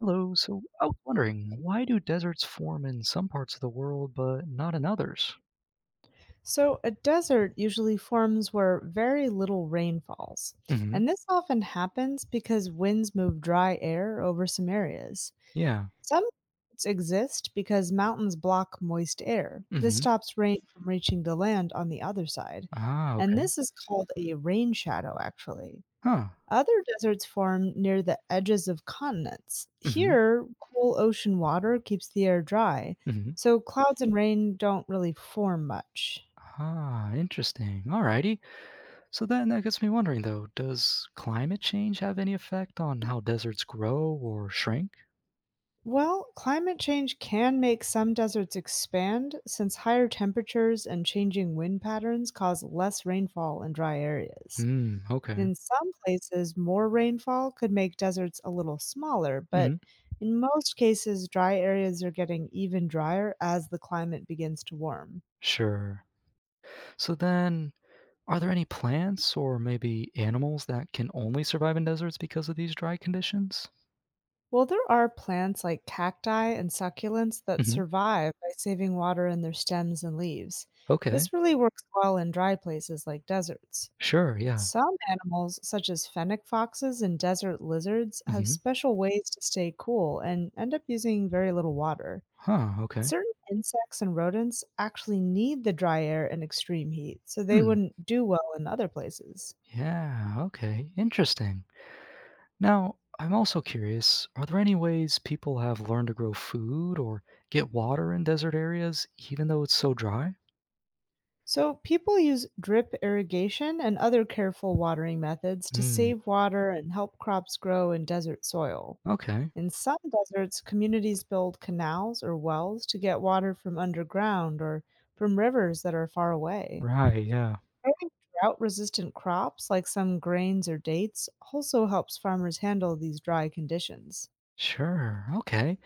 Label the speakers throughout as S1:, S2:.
S1: Hello. So I was wondering, why do deserts form in some parts of the world but not in others?
S2: So, a desert usually forms where very little rain falls,
S1: Hmm.
S2: and this often happens because winds move dry air over some areas.
S1: Yeah.
S2: Some deserts exist because mountains block moist air. This
S1: Hmm.
S2: stops rain from reaching the land on the other side,
S1: Ah,
S2: and
S1: okay.
S2: this is called a rain shadow, actually.
S1: Huh.
S2: Other deserts form near the edges of continents.
S1: Hmm.
S2: Here, cool ocean water keeps the air dry,
S1: Hmm.
S2: so clouds and rain don't really form much.
S1: Ah, interesting. Alrighty. So then that gets me wondering though, does climate change have any effect on how deserts grow or shrink?
S2: Well, climate change can make some deserts expand since higher temperatures and changing wind patterns cause less rainfall in dry areas.
S1: Hmm, okay.
S2: In some places, more rainfall could make deserts a little smaller, but
S1: Hmm.
S2: in most cases, dry areas are getting even drier as the climate begins to warm.
S1: Sure. So then are there any plants or maybe animals that can only survive in deserts because of these dry conditions?
S2: Well, there are plants like cacti and succulents that
S1: Hmm.
S2: survive by saving water in their stems and leaves.
S1: Okay.
S2: This really works well in dry places like deserts.
S1: Sure, yeah.
S2: Some animals, such as fennec foxes and desert lizards, have
S1: Hmm.
S2: special ways to stay cool and end up using very little water.
S1: Huh. Okay.
S2: Certain insects and rodents actually need the dry air and extreme heat, so they
S1: Hmm.
S2: wouldn't do well in other places.
S1: Yeah. Okay. Interesting. Now, I'm also curious, are there any ways people have learned to grow food or get water in desert areas, even though it's so dry?
S2: So, people use drip irrigation and other careful watering methods to
S1: Hmm.
S2: save water and help crops grow in desert soil.
S1: Okay.
S2: In some deserts, communities build canals or wells to get water from underground or from rivers that are far away.
S1: Right. Yeah.
S2: Growing drought-resistant crops like some grains or dates also helps farmers handle these dry conditions.
S1: Sure. Okay.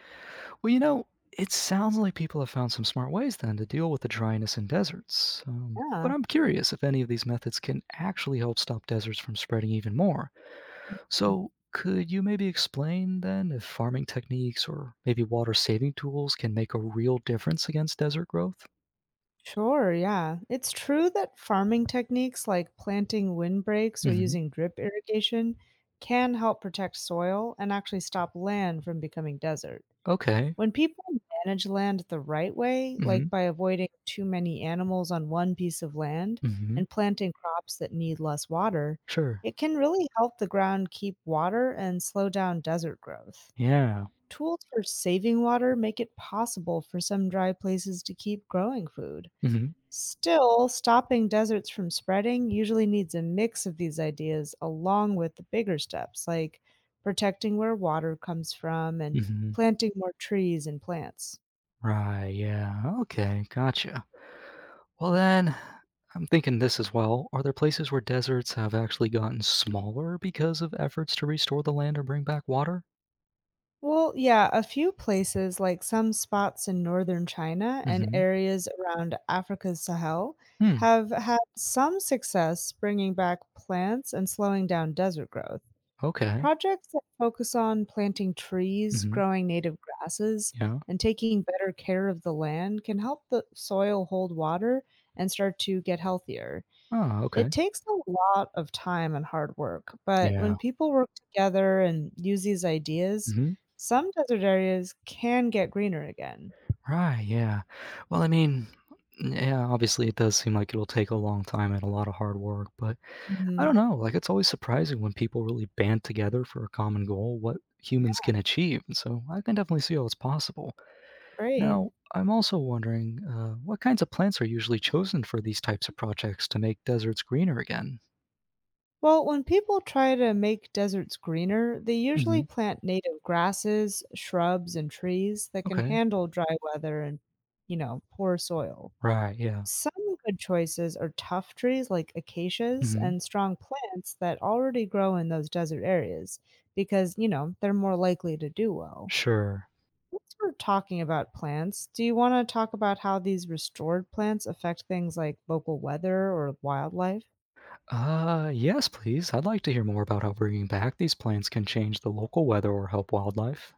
S1: Well, it sounds like people have found some smart ways then to deal with the dryness in deserts. But
S2: Yeah.
S1: I'm curious if any of these methods can actually help stop deserts from spreading even more.
S2: Mhm.
S1: So, could you maybe explain then if farming techniques or maybe water saving tools can make a real difference against desert growth?
S2: Sure, yeah. It's true that farming techniques like planting windbreaks or
S1: Hmm.
S2: using drip irrigation can help protect soil and actually stop land from becoming desert.
S1: Okay.
S2: When people manage land the right way, like
S1: Hmm.
S2: by avoiding too many animals on one piece of land
S1: Hmm.
S2: and planting crops that need less water,
S1: Sure.
S2: it can really help the ground keep water and slow down desert growth.
S1: Yeah.
S2: Tools for saving water make it possible for some dry places to keep growing food.
S1: Hmm.
S2: Still, stopping deserts from spreading usually needs a mix of these ideas along with the bigger steps like protecting where water comes from and
S1: Hmm.
S2: planting more trees and plants.
S1: Right. Yeah. Okay. Gotcha. Well, then, I'm thinking this as well. Are there places where deserts have actually gotten smaller because of efforts to restore the land or bring back water?
S2: Well, yeah, a few places, like some spots in northern China and
S1: Hmm.
S2: areas around Africa's Sahel,
S1: Hmm.
S2: have had some success bringing back plants and slowing down desert growth.
S1: Okay.
S2: Projects that focus on planting trees,
S1: Hmm.
S2: growing native grasses,
S1: Yeah.
S2: and taking better care of the land can help the soil hold water and start to get healthier.
S1: Oh,
S2: It
S1: okay.
S2: takes a lot of time and hard work, but
S1: Yeah.
S2: when people work together and use these ideas,
S1: Mm-hmm.
S2: some desert areas can get greener again.
S1: Right, yeah. Well, I mean, yeah, obviously it does seem like it'll take a long time and a lot of hard work, but I
S2: Mhm.
S1: don't know, like it's always surprising when people really band together for a common goal what humans
S2: Yeah,
S1: can achieve. And so I can definitely see how it's possible.
S2: great.
S1: Now, I'm also wondering what kinds of plants are usually chosen for these types of projects to make deserts greener again?
S2: Well, when people try to make deserts greener, they
S1: Hmm.
S2: usually plant native grasses, shrubs, and trees that can
S1: Okay.
S2: handle dry weather and, poor soil.
S1: Right, yeah.
S2: Some good choices are tough trees like acacias
S1: Hmm.
S2: and strong plants that already grow in those desert areas because, they're more likely to do well.
S1: Sure.
S2: Since we're talking about plants, do you want to talk about how these restored plants affect things like local weather or wildlife?
S1: Yes, please. I'd like to hear more about how bringing back these plants can change the local weather or help wildlife.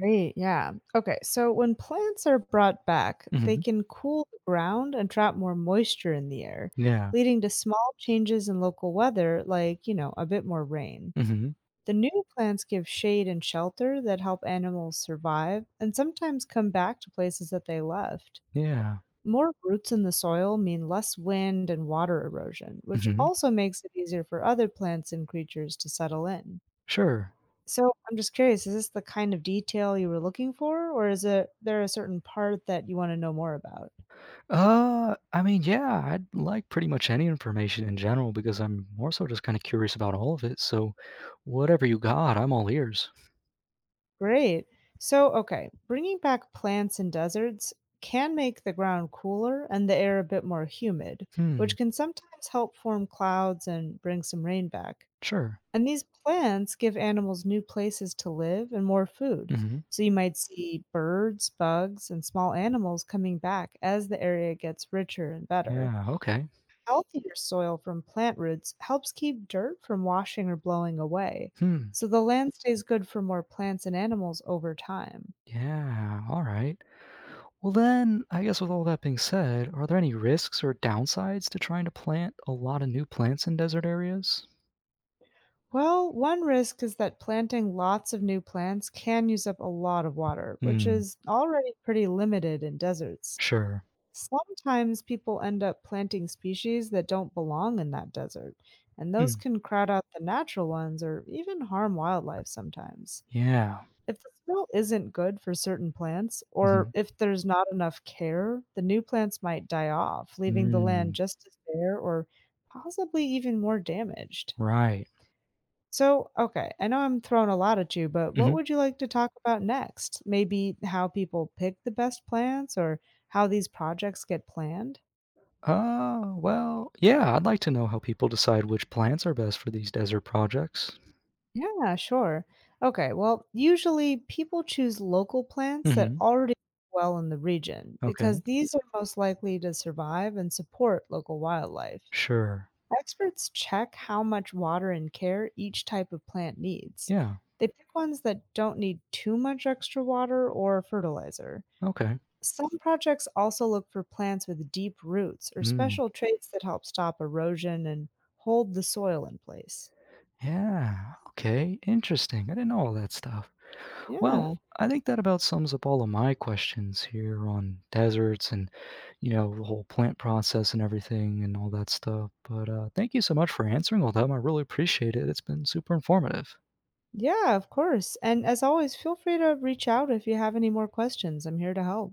S2: Great, yeah. Okay, so when plants are brought back, they
S1: Mhm.
S2: can cool the ground and trap more moisture in the air,
S1: Yeah.
S2: leading to small changes in local weather, like, a bit more rain.
S1: Mhm.
S2: The new plants give shade and shelter that help animals survive and sometimes come back to places that they left.
S1: Yeah.
S2: More roots in the soil mean less wind and water erosion, which
S1: Mhm.
S2: also makes it easier for other plants and creatures to settle in.
S1: Sure.
S2: So I'm just curious, is this the kind of detail you were looking for, or is it there a certain part that you want to know more about?
S1: I mean, yeah, I'd like pretty much any information in general because I'm more so just kind of curious about all of it. So, whatever you got, I'm all ears.
S2: Great. So, okay, bringing back plants and deserts can make the ground cooler and the air a bit more humid,
S1: Hmm.
S2: which can sometimes help form clouds and bring some rain back.
S1: Sure.
S2: And these plants give animals new places to live and more food.
S1: Mhm.
S2: So, you might see birds, bugs, and small animals coming back as the area gets richer and better.
S1: Yeah. Okay.
S2: Healthier soil from plant roots helps keep dirt from washing or blowing away,
S1: Hmm.
S2: so the land stays good for more plants and animals over time.
S1: Yeah. All right. Well, then, I guess with all that being said, are there any risks or downsides to trying to plant a lot of new plants in desert areas?
S2: Well, one risk is that planting lots of new plants can use up a lot of water, which
S1: Hmm.
S2: is already pretty limited in deserts.
S1: Sure.
S2: Sometimes people end up planting species that don't belong in that desert, and those
S1: Hmm.
S2: can crowd out the natural ones or even harm wildlife sometimes.
S1: Yeah.
S2: If the soil isn't good for certain plants, or
S1: Mhm.
S2: if there's not enough care, the new plants might die off, leaving the land
S1: Mm.
S2: just as bare or possibly even more damaged.
S1: Right.
S2: So, okay, I know I'm throwing a lot at you, but what
S1: Mhm.
S2: would you like to talk about next? Maybe how people pick the best plants or how these projects get planned?
S1: Well, yeah, I'd like to know how people decide which plants are best for these desert projects.
S2: Yeah, sure. Okay, well, usually people choose local plants that
S1: Mhm.
S2: already do well in the region
S1: Okay.
S2: because these are most likely to survive and support local wildlife.
S1: Sure.
S2: Experts check how much water and care each type of plant needs.
S1: Yeah.
S2: They pick ones that don't need too much extra water or fertilizer.
S1: Okay.
S2: Some projects also look for plants with deep roots or
S1: Mm.
S2: special traits that help stop erosion and hold the soil in place.
S1: Yeah. Okay. Interesting. I didn't know all that stuff. Well,
S2: Yeah.
S1: I think that about sums up all of my questions here on deserts and the whole plant process and everything and all that stuff. But thank you so much for answering all them. I really appreciate it. It's been super informative.
S2: Yeah, of course. And as always, feel free to reach out if you have any more questions. I'm here to help.